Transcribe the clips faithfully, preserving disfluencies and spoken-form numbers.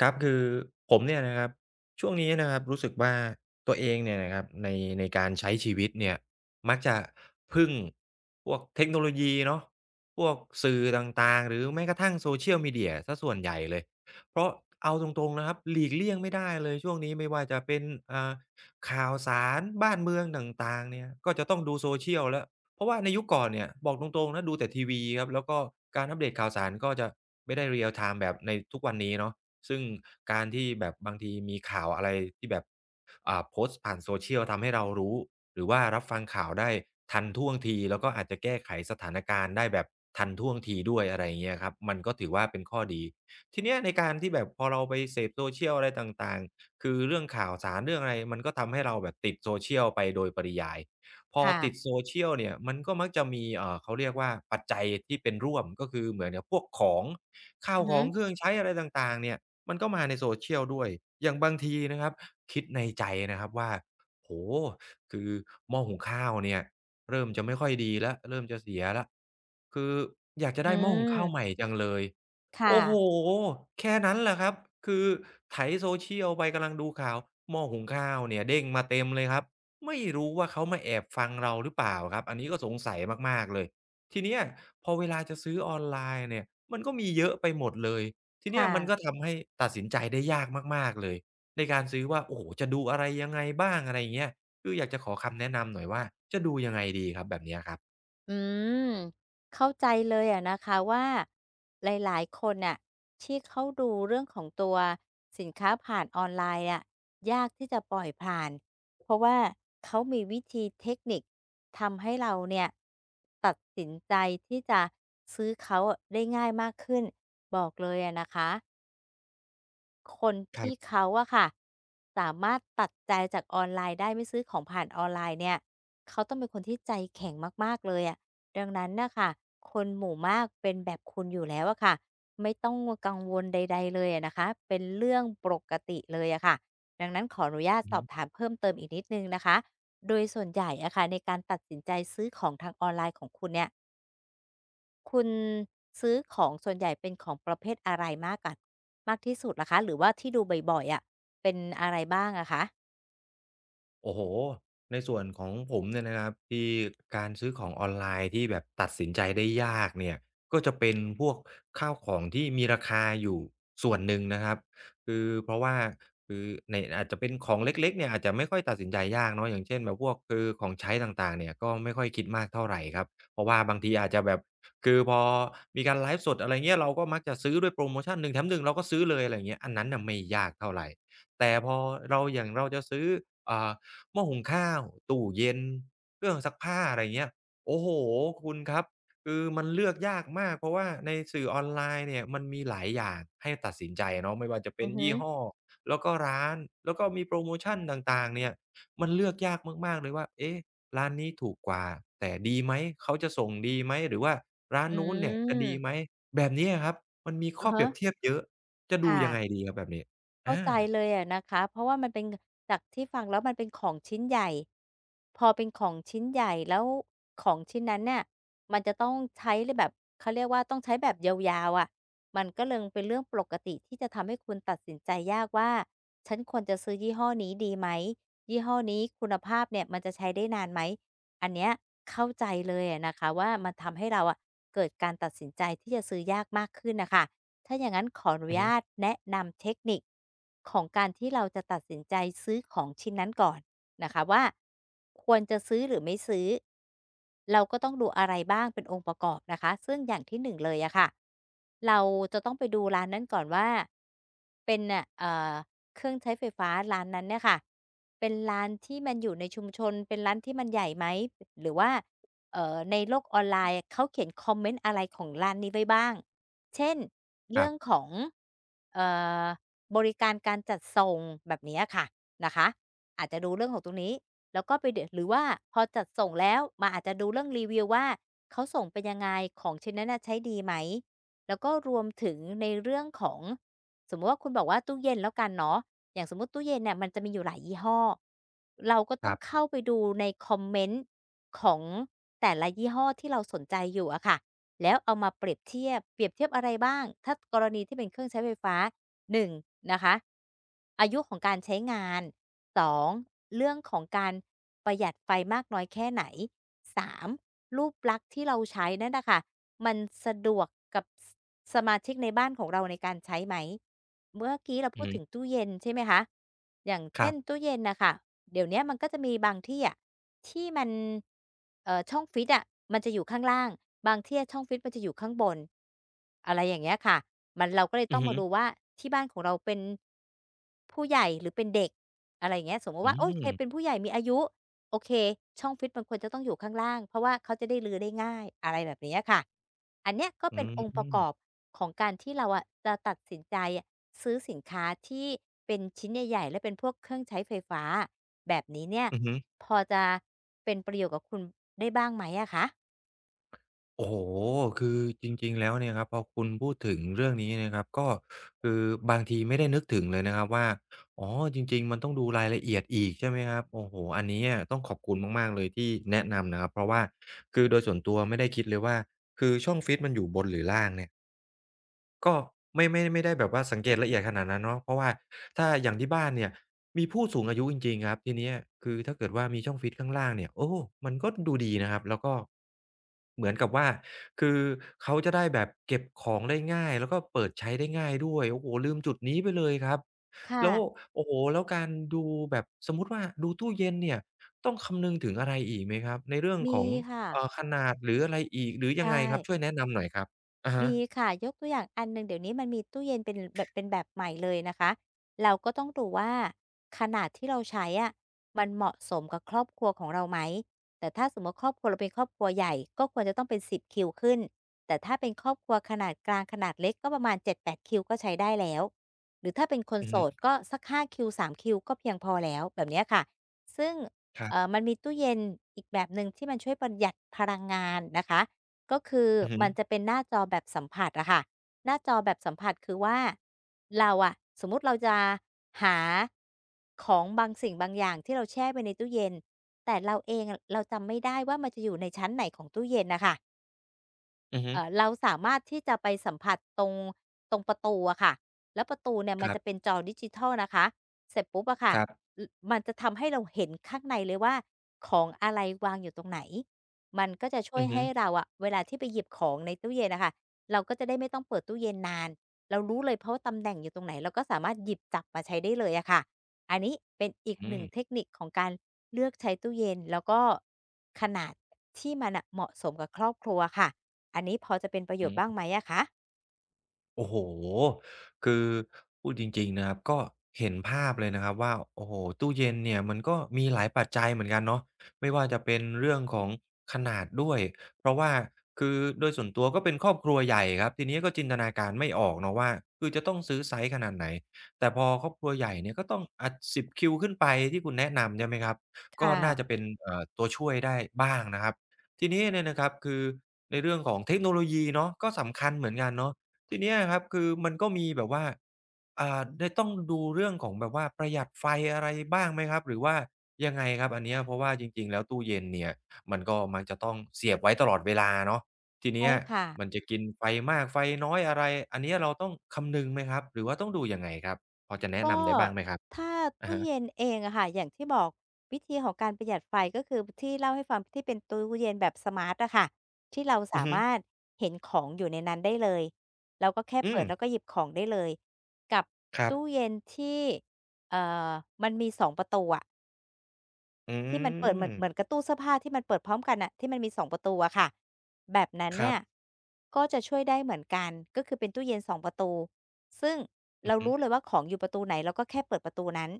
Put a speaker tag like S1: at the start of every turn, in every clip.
S1: ครับคือผมเนี่ยนะครับช่วงนี้นะครับรู้สึกว่าตัวเองเนี่ยนะครับในในการใช้ชีวิตเนี่ยมักจะพึ่งพวกเทคโนโลยีเนาะพวกสื่อต่างๆหรือแม้กระทั่ง Social Media เสียลมีเดียซะส่วนใหญ่เลยเพราะเอาตรงๆนะครับหลีกเลี่ยงไม่ได้เลยช่วงนี้ไม่ว่าจะเป็นอ่าข่าวสารบ้านเมืองต่างๆเนี่ยก็จะต้องดู Social แล้วเพราะว่าในยุคก่อนเนี่ยบอกตรงๆนะดูแต่ทีวีครับแล้วก็การอัปเดตข่าวสารก็จะไม่ได้เรียลไทม์แบบในทุกวันนี้เนาะ ซึ่งการที่แบบบางทีมีข่าวอะไรที่แบบอ่าโพสต์ผ่าน Social ทำให้เรารู้หรือว่ารับฟังข่าวได้ทันท่วงทีแล้วก็อาจจะแก้ไขสถานการณ์ได้แบบทันท่วงทีด้วยอะไรอย่างเงี้ยครับมันก็ถือว่าเป็นข้อดีทีเนี้ยในการที่แบบพอเราไปเสพ Social อะไรต่างๆคือเรื่องข่าวสารเรื่องอะไรมันก็ทำให้เราแบบติด Social ไปโดยปริยายพอติด
S2: ค่ะ
S1: Social เนี่ยมันก็มักจะมีเอ่อเขาเรียกว่าปัจจัยที่เป็นร่วมก็คือเหมือนกับพวกของข้า
S2: อื
S1: ว
S2: อ
S1: ข
S2: ฮึ
S1: องเครื่องใช้อะไรต่างๆเนี่ย มันก็มาใน social ด้วยอย่างบางทีนะครับคิดในใจนะครับว่าโอ้โฮคือหม้อหุงข้าวเนี่ยเริ่มจะไม่ค่อยดีแล้วเริ่มจะเสียแล้วคืออยากจะ
S2: อื
S1: ได้หม้อหุงข้าวใหม่
S2: ม
S1: จังเลย
S2: ค
S1: โอ้โฮ
S2: ่ะ
S1: แค่นั้นแหละครับคือไถ s เช i ย l ไปกำลังดูข่าวหม้อหุงข้าวเนี่ยเด้งมาเต็มเลยครับ ไม่รู้ว่าเขามาแอบฟังเราหรือเปล่าครับ อันนี้ก็สงสัยมากๆเลย ทีเนี้ยพอเวลาจะซื้อออนไลน์เนี่ยมันก็มีเยอะไปหมดเลย ทีเนี้ย
S2: ค่ะ
S1: มันก็ทำให้ตัดสินใจได้ยากมากๆเลยในการซื้อว่าโอ้โฮจะดูอะไรยังไงบ้างอะไรอย่างเงี้ยคืออยากจะขอคำแนะนำหน่อยว่าจะดูยังไงดีครับแบบเนี้ยครับ
S2: อืมเข้าใจเลยอะนะคะว่าหลายๆคนน่ะที่เขาดูเรื่องของตัวสินค้าผ่านออนไลน์อะยากที่จะปล่อยผ่านเพราะว่าเขามีวิธีเทคนิคทำให้เราเนี่ยตัดสินใจที่จะซื้อเขาอะได้ง่ายมากขึ้นบอกเลยอะนะคะ คน
S1: ค
S2: ที่
S1: รับ
S2: เขาอะค่ะสามารถตัดใจจากออนไลน์ได้ไม่ซื้อของผ่านออนไลน์เนี่ยเขาต้องเป็นคนที่ใจแข็งมากๆเลยอะดังนั้นน่ะค่ะคนหมู่มากเป็นแบบคุณอยู่แล้วอะค่ะไม่ต้องกังวลใดๆเลยอะนะคะเป็นเรื่องปกติเลยอะค่ะดังนั้นขออนุญาต
S1: อือ
S2: ส
S1: ฮึ
S2: อบถามเพิ่มเติมอีกนิดหนึ่งนะคะโดยส่วนใหญ่อะค่ะในการตัดสินใจซื้อของทางออนไลน์ของคุณเนี่ย คุณซื้อของส่วนใหญ่เป็นของประเภทอะไรมากกั่มากที่สุดล่ะคะหรือว่าที่ดูบ่อยๆอะเป็นอะไรบ้างอะคะ
S1: โอ้โฮในส่วนของผมเนี่ยนะครับที่การซื้อของออนไลน์ที่แบบตัดสินใจได้ยากเนี่ยก็จะเป็นพวกข้าวของที่มีราคาอยู่ส่วนหนึ่งนะครับคือเพราะว่าคือในอาจจะเป็นของเล็กๆเนี่ยอาจจะไม่ค่อยตัดสินใจยากเนาะอย่างเช่นแบบพวกคือของใช้ต่างๆเนี่ยก็ไม่ค่อยคิดมากเท่าไรครับเพราะว่าบางทีอาจจะแบบคือพอมีการไลฟ์สดอะไรเงี้ยเราก็มักจะซื้อด้วยโพรโมชันหนึ่งแถมหนึ่งเราก็ซื้อเลยอะไรอย่างเงี้ยอันนั้นน่ะไม่ยากเท่าไรแต่พอเราอย่างเราจะซื้ออ่า หม้อหุงข้าวตู้เย็นเครื่องซักผ้าอะไรเงี้ยโอ้โฮคุณครับคือมันเลือกยากมากเพราะว่าในสื่อออนไลน์เนี่ยมันมีหลายอย่างให้ตัดสินใจเนาะไม่ว่าจะเป็
S2: อื
S1: น
S2: อฮึ
S1: ยี่ห้อแล้วก็ร้านแล้วก็มีโพรโมชันต่างๆเนี่ยมันเลือกยากมากๆเลยว่าเอ๊ะร้านนี้ถูกกว่าแต่ดีไหมเขาจะส่งดีไหมหรือว่าร้าน
S2: อื
S1: นู้นเนี่ยจะ
S2: ม
S1: ดีไหมแบบนี้อะครับมันมีข้
S2: อะ
S1: อเป
S2: ฮะ
S1: รียบเทียบเยอะจะดู
S2: ค่ะ
S1: ยังไงดีครับแบบนี้
S2: เข้า
S1: อา
S2: ใจเลยอะนะคะเพราะว่ามันเป็นจากที่ฟังแล้วมันเป็นของชิ้นใหญ่พอเป็นของชิ้นใหญ่แล้วของชิ้นนั้นเนี่ยมันจะต้องใช้เลยแบบเขาเรียกว่าต้องใช้แบบยาวๆอะะมันก็เลยเป็นเรื่องปกติที่จะทำให้คุณตัดสินใจยากว่าฉันควรจะซื้อยี่ห้อนี้ดีไหมยี่ห้อนี้คุณภาพเนี่ยมันจะใช้ได้นานไหมอันเนี้ยเข้าใจเลยอะนะคะว่ามันทำให้เราอะเกิดการตัดสินใจที่จะซื้อยากมากขึ้นนะคะ ถ้าอย่างนั้นขออนุ
S1: อือฮึ
S2: ญาตแนะนำเทคนิคของการที่เราจะตัดสินใจซื้อของชิ้นนั้นก่อนนะคะว่าควรจะซื้อหรือไม่ซื้อเราก็ต้องดูอะไรบ้างเป็นองค์ประกอบนะคะซึ่งอย่างที่หนึ่งเลยอะค่ะเราจะต้องไปดูร้านนั้นก่อนว่าเป็นน่ะเอ่อเครื่องใช้ไฟฟ้าร้านนั้นเนี่ยค่ะเป็นร้านที่มันอยู่ในชุมชนเป็นร้านที่มันใหญ่ไหมหรือว่าเอ่อในโลกออนไลน์เขาเขียนคอมเมนต์อะไรของร้านนี้ไว้บ้าง เช่น
S1: ค
S2: เรื่
S1: รั
S2: องข
S1: บ
S2: องเออบริการการจัดส่งแบบเนี้ยค่ะนะคะอาจจะดูเรื่องของตรงนี้แล้วก็ไปเดหรือว่าพอจัดส่งแล้วมาอาจจะดูเรื่องรีวิวว่าเขาส่งเป็นยังไงของชิ้นนั้นน่ะใช้ดีไหมแล้วก็รวมถึงในเรื่องของสมมติว่าคุณบอกว่าตู้เย็นแล้วกันเนาะอย่างสมมติตู้เย็นเนี่ยมันจะมีอยู่หลายยี่ห้อเราก็ต้อ
S1: ๆ
S2: งเข้าไปดูในคอมเมนต์ของแต่ละยี่ห้อที่เราสนใจอยู่อะค่ะ แล้วเอามาเปรียบเทียบเปรียบเทียบอะไรบ้างถ้ากรณีที่เป็นเครื่องใช้ไฟฟ้าหนึ่งนงนะคะอายุของการใช้งานสองเรื่องของการประหยัดไฟมากน้อยแค่ไหนสามรูปลักษณ์ที่เราใช้นั่นน่ะค่ะมันสะดวกกับสสมาชิกในบ้านของเราในการใช้ไหม เมื่อกี้เรา
S1: อื
S2: พู
S1: อ
S2: ด
S1: ฮึ
S2: ถึงตู้เย็นใช่ไหมคะอย่าง
S1: ค
S2: เช่
S1: รั
S2: น
S1: บ
S2: ตู้เย็นนะคะ เดี๋ยวเนี้ยมันก็จะมีบางที่อะที่มันเอ่อช่องฟรีซอะมันจะอยู่ข้างล่างบางที่อะช่องฟรีซมันจะอยู่ข้างบนอะไรอย่างเงี้ยค่ะมันเราก็เลย
S1: อื
S2: ต้อ
S1: อ
S2: ง
S1: ฮึ
S2: มาดูว่าที่บ้านของเราเป็นผู้ใหญ่หรือเป็นเด็กอะไรอย่างเงี้ยสมมุติ
S1: อื
S2: ว่าโอ๊ยใครเป็น
S1: ม
S2: ผู้ใหญ่มีอายุ โอเคช่องฟิตมันควรจะต้องอยู่ข้างล่างเพราะว่าเขาจะได้รื้อได้ง่ายอะไรแบบนี้อะค่ะอันเนี้ยก็
S1: อื
S2: เป็นองค์ประก
S1: ม
S2: อบของการที่เราอะจะตัดสินใจอะซื้อสินค้าที่เป็นชิ้นใหญ่ๆและเป็นพวกเครื่องใช้ไฟฟ้าแบบนี้เนี่ย
S1: อือฮึ
S2: พอจะเป็นประโยชน์กับคุณได้บ้างไหมอะคะ
S1: โอ้โฮคือจริงๆ แล้วเนี่ยครับพอคุณพูดถึงเรื่องนี้นะครับก็คือบางทีไม่ได้นึกถึงเลยนะครับว่าอ๋อจริงๆ มันต้องดูรายละเอียดอีกใช่ไหมครับโอ้โฮอันนี้อะต้องขอบคุณมากๆเลยที่แนะนำนะครับเพราะว่าคือโดยส่วนตัวไม่ได้คิดเลยว่าคือช่องฟีดมันอยู่บนหรือล่างเนี่ย ก็ไม่ไม่ไม่ได้แบบว่าสังเกตละเอียดขนาดนั้นเนาะเพราะว่าถ้าอย่างที่บ้านเนี่ยมีผู้สูงอายุจริงๆครับทีเนี้ยคือถ้าเกิดว่ามีช่องฟรีซข้างล่างเนี่ยโอ้มันก็ดูดีนะครับแล้วก็เหมือนกับว่าคือเขาจะได้แบบเก็บของได้ง่ายแล้วก็เปิดใช้ได้ง่ายด้วยโอ้โฮลืมจุดนี้ไปเลยครับ
S2: ค่ะ
S1: แล้วโอ้โฮแล้วการดูแบบสมมุติว่าดูตู้เย็นเนี่ยต้องคำนึงถึงอะไรอีกไหมครับในเรื่องข
S2: มี
S1: อง
S2: ค่ะ
S1: เอ่อขนาดหรืออะไรอีกหรือยัง
S2: ใช่
S1: ไงครับช่วยแนะนำหน่อยครับอะ
S2: มี
S1: ฮะ
S2: ค่ะยกตัวอย่างอันหนึ่งเดี๋ยวนี้มันมีตู้เย็นเป็นแบบเป็นแบบใหม่เลยนะคะเราก็ต้องดูว่าขนาดที่เราใช้อะมันเหมาะสมกับครอบครัวของเราไหมแต่ถ้าสมมติครอบครัวเราเป็นครอบครัวใหญ่ก็ควรจะต้องเป็นสิบคิวขึ้นแต่ถ้าเป็นครอบครัวขนาดกลางขนาดเล็กก็ประมาณเจ็ดถึงแปดคิวก็ใช้ได้แล้วหรือถ้าเป็นคน
S1: อือ
S2: โส
S1: ฮึ
S2: ดก็สักห้าคิวสามคิวก็เพียงพอแล้วแบบเนี้ยค่ะซึ่ง
S1: ครั
S2: เอ่อ
S1: บ
S2: มันมีตู้เย็นอีกแบบหนึ่งที่มันช่วยประหยัดพลังงานนะคะ ก็คือ
S1: อือฮึ
S2: มันจะเป็นหน้าจอแบบสัมผัสอะค่ะหน้าจอแบบสัมผัสคือว่าเราอะสมมุติเราจะหาของบางสิ่งบางอย่างที่เราแช่ไว้ในตู้เย็นแต่เราเองอะเราจำไม่ได้ว่ามันจะอยู่ในชั้นไหนของตู้เย็นนะคะ
S1: อือฮึ
S2: เอ่อเราสามารถที่จะไปสัมผัสตรงตรงประตูอะค่ะแล้วประตูเนี่ย
S1: ค
S2: มัน
S1: รั
S2: จะเป็
S1: บ
S2: นจอดิจิทัลนะคะเสร็จปุ๊บอะค่ะ
S1: ครับ
S2: ลมันจะทำให้เราเห็นข้างในเลยว่าของอะไรวางอยู่ตรงไหนมันก็จะช่ว
S1: อื
S2: ย
S1: อฮึ
S2: ให้เราอะเวลาที่ไปหยิบของในตู้เย็นอะค่ะเราก็จะได้ไม่ต้องเปิดตู้เย็นนานเรารู้เลยเพราะว่าตำแหน่งอยู่ตรงไหนเราก็สามารถหยิบจับมาใช้ได้เลยอะค่ะอันนี้เป็นอีกห
S1: อื
S2: นึ่
S1: ม
S2: งเทคนิคของการเลือกใช้ตู้เย็นแล้วก็ขนาดที่มันน่ะเหมาะสมกับครอบครัวค่ะ อันนี้พอจะเป็นประโยชน์บ้าง
S1: อื
S2: ไหมอะคะ
S1: โอ้โฮคือพูดจริงๆนะครับก็เห็นภาพเลยนะครับว่าโอ้โฮตู้เย็นเนี่ยมันก็มีหลายปัจจัยเหมือนกันเนาะไม่ว่าจะเป็นเรื่องของขนาดด้วยเพราะว่าคือโดยส่วนตัวก็เป็นครอบครัวใหญ่ครับทีนี้ก็จินตนาการไม่ออกเนาะว่าคือจะต้องซื้อไซซ์ขนาดไหนแต่พอครอบครัวใหญ่เนี่ยก็ต้องอ่าสิบคิวขึ้นไปที่คุณแนะนำใช่ไหมครับ
S2: ค
S1: ก็น่าจะ
S2: ่ะ
S1: เป็นเอ่อตัวช่วยได้บ้างนะครับทีนี้เนี่ยนะครับคือในเรื่องของเทคโนโลยีเนาะก็สำคัญเหมือนกันเนาะ ทีเนี้ยครับคือมันก็มีแบบว่าอ่าได้ต้องดูเรื่องของแบบว่าประหยัดไฟอะไรบ้างไหมครับหรือว่ายังไงครับอันเนี้ยเพราะว่าจริงๆแล้วตู้เย็นเนี่ยมันก็มักจะต้องเสียบไว้ตลอดเวลาเนาะทีเนี้
S2: ใช่
S1: ย
S2: ค่ะ
S1: มันจะกินไฟมากไฟน้อยอะไรอันเนี้ยเราต้องคำนึงไหมครับหรือว่าต้องดูยังไงครับพอจะแนะ
S2: ก็
S1: นำได้บ้างไหมครับ
S2: ถ้า
S1: อะ
S2: ตู้
S1: ฮะ
S2: เย็นเองอะค่ะอย่างที่บอกวิธีของการประหยัดไฟก็คือที่เล่าให้ฟังที่เป็นตู้เย็นแบบสมาร์ตอะค่ะที่เรา
S1: อือ
S2: สา
S1: ฮึ
S2: มารถเห็นของอยู่ในนั้นได้เลยเราก็แค่
S1: อื
S2: เปิ
S1: ม
S2: ดแล้วก็หยิบของได้เลยกับ
S1: ครับ
S2: ตู้เย็นที่เอ่อมันมีสองประตูอะ
S1: อื
S2: ที่มันเปิดเหมือนเห
S1: ม
S2: มือนกับตู้เสื้อผ้าที่มันเปิดพร้อมกันน่ะที่มันมีสองประตูอะค่ะแบบนั้น
S1: ครั
S2: เนี่ย
S1: บ
S2: ก็จะช่วยได้เหมือนกันก็คือเป็นตู้เย็นสองประตูซึ่ง
S1: อื
S2: เรา
S1: อฮึ
S2: รู้เลยว่าของอยู่ประตูไหนเราก็แค่เปิดประตูนั้น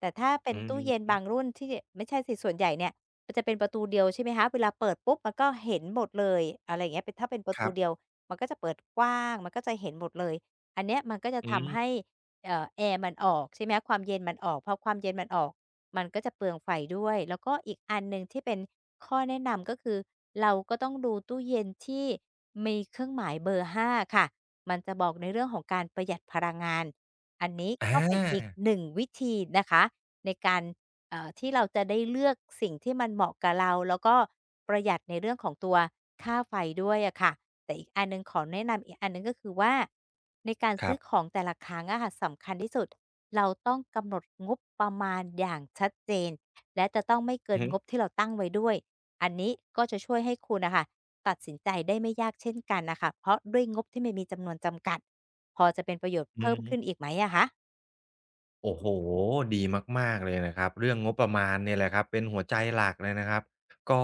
S2: แต่ถ้าเป็
S1: อื
S2: นตู้
S1: ม
S2: เย็นบางรุ่นที่ไม่ใช่สิส่วนใหญ่เนี่ยมันจะเป็นประตูเดียวใช่ไหมคะเวลาเปิดปุ๊บมันก็เห็นหมดเลยอะไรอย่างเงี้ยเป็นถ้าเป็นประ
S1: ค
S2: ตู
S1: รั
S2: เดียว
S1: บ
S2: มันก็จะเปิดกว้างมันก็จะเห็นหมดเลยอันเนี้ยมันก็จะ
S1: อื
S2: ทำให้
S1: ม
S2: เอ่อแอร์มันออกใช่ไหมคะความเย็นมันออกพอความเย็นมันออก มันก็จะเปลืองไฟด้วย แล้วก็อีกอันหนึ่งที่เป็นข้อแนะนำก็คือเราก็ต้องดูตู้เย็นที่มีเครื่องหมายเบอร์ห้าค่ะ มันจะบอกในเรื่องของการประหยัดพลังงานอันนี้
S1: อ
S2: ก็เป็นอีก
S1: า
S2: หนึ่งวิธีนะคะในการเอ่อที่เราจะได้เลือกสิ่งที่มันเหมาะกับเราแล้วก็ประหยัดในเรื่องของตัวค่าไฟด้วยอะค่ะ แต่อีกอันหนึ่งขอแนะนำอีกอันหนึ่งก็คือว่าในการ
S1: ครั
S2: ซื้อข
S1: บ
S2: องแต่ละครั้งอะค่ะสำคัญที่สุดเราต้องกำหนดงบประมาณอย่างชัดเจนและจะต้องไม่เกิ
S1: อือ
S2: น
S1: ฮึ
S2: งบที่เราตั้งไว้ด้วยอันนี้ก็จะช่วยให้คุณนะค่ะตัดสินใจได้ไม่ยากเช่นกันนะคะเพราะด้วยงบที่ไม่มีจำนวนจำกัดพอจะเป็นประโยชน์
S1: อื
S2: เพิ่มขึ้นอี
S1: ม
S2: กไหมอะคะ
S1: โอ้โฮดีมากๆเลยนะครับ เรื่องงบประมาณเนี่ยแหละครับเป็นหัวใจหลักเลยนะครับก็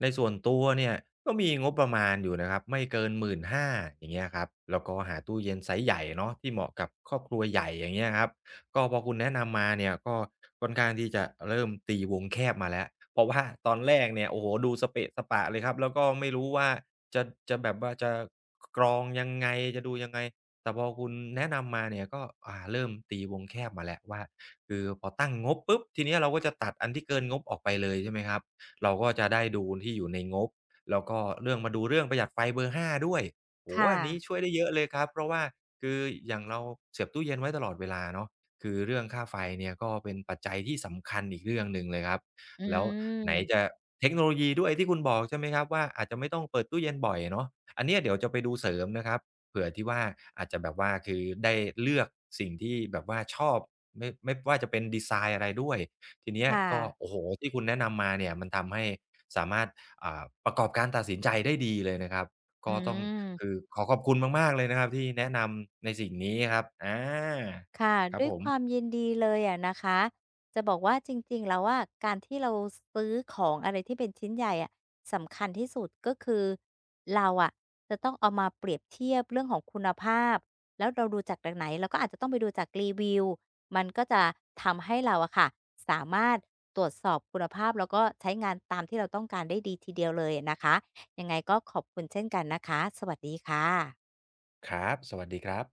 S1: ในส่วนตัวเนี่ย ก็มีงบประมาณอยู่นะครับ ไม่เกินหนึ่งหมื่นห้าพันอย่างเงี้ยครับ แล้วก็หาตู้เย็นไซซ์ใหญ่เนาะที่เหมาะกับครอบครัวใหญ่อย่างเงี้ยครับ ก็พอคุณแนะนำมาเนี่ย ก็ค่อนข้างที่จะเริ่มตีวงแคบมาแล้ว เพราะว่าตอนแรกเนี่ยโอ้โฮดูสเปะสปะเลยครับแล้วก็ไม่รู้ว่าจะจะแบบว่าจะกกรองยังไงจะดูยังไง แต่พอคุณแนะนำมาเนี่ยก็อ่าเริ่มตีวงแคบมาแล้วว่าคือพอตั้งงบปุ๊บทีเนี้ยเราก็จะตัดอันที่เกินงบออกไปเลยใช่ไหมครับเราก็จะได้ดูที่อยู่ในงบแล้วก็เรื่องมาดูเรื่องประหยัดไฟเบอร์ห้าด้วยโอ้โฮ
S2: ค่ะ
S1: อันนี้ช่วยได้เยอะเลยครับเพราะว่าคืออย่างเราเสียบตู้เย็นไว้ตลอดเวลาเนาะคือเรื่องค่าไฟเนี่ยก็เป็นปัจจัยที่สำคัญอีกเรื่องหนึ่งเลยครับ
S2: อื
S1: แล้วไหนจะ
S2: ม
S1: เทคโนโลยีด้วยที่คุณบอกใช่ไหมครับว่าอาจจะไม่ต้องเปิดตู้เย็นบ่อยเนาะอันเนี้ยเดี๋ยวจะไปดูเสริมนะครับ เผื่อที่ว่าอาจจะแบบว่าคือได้เลือกสิ่งที่แบบว่าชอบไม่ไม่ว่าจะเป็นดีไซน์อะไรด้วยทีเนี้ย
S2: ค่ะ
S1: ก็โอ้โฮที่คุณแนะนำมาเนี่ยมันทำให้สามารถอ่าประกอบการตัดสินใจได้ดีเลยนะครับ
S2: อื
S1: ก็ต้องคือ
S2: ม
S1: ขอขอบคุณมากๆเลยนะครับที่แนะนำในสิ่งนี้ครับอา
S2: ค่ะ
S1: ครับ
S2: ด้วย
S1: ผ
S2: ความ
S1: ม
S2: ยินดีเลยอะนะคะจะบอกว่าจริงๆแล้วว่าการที่เราซื้อของอะไรที่เป็นชิ้นใหญ่อะสำคัญที่สุดก็คือเราอะจะต้องเอามาเปรียบเทียบเรื่องของคุณภาพแล้วเราดูจากแหล่งไหนเราก็อาจจะต้องไปดูจากรีวิวมันก็จะทำให้เราอะค่ะสามารถตรวจสอบคุณภาพแล้วก็ใช้งานตามที่เราต้องการได้ดีทีเดียวเลยอะนะคะยังไงก็ขอบคุณเช่นกันนะคะสวัสดีค่ะ
S1: ครับสวัสดีครับ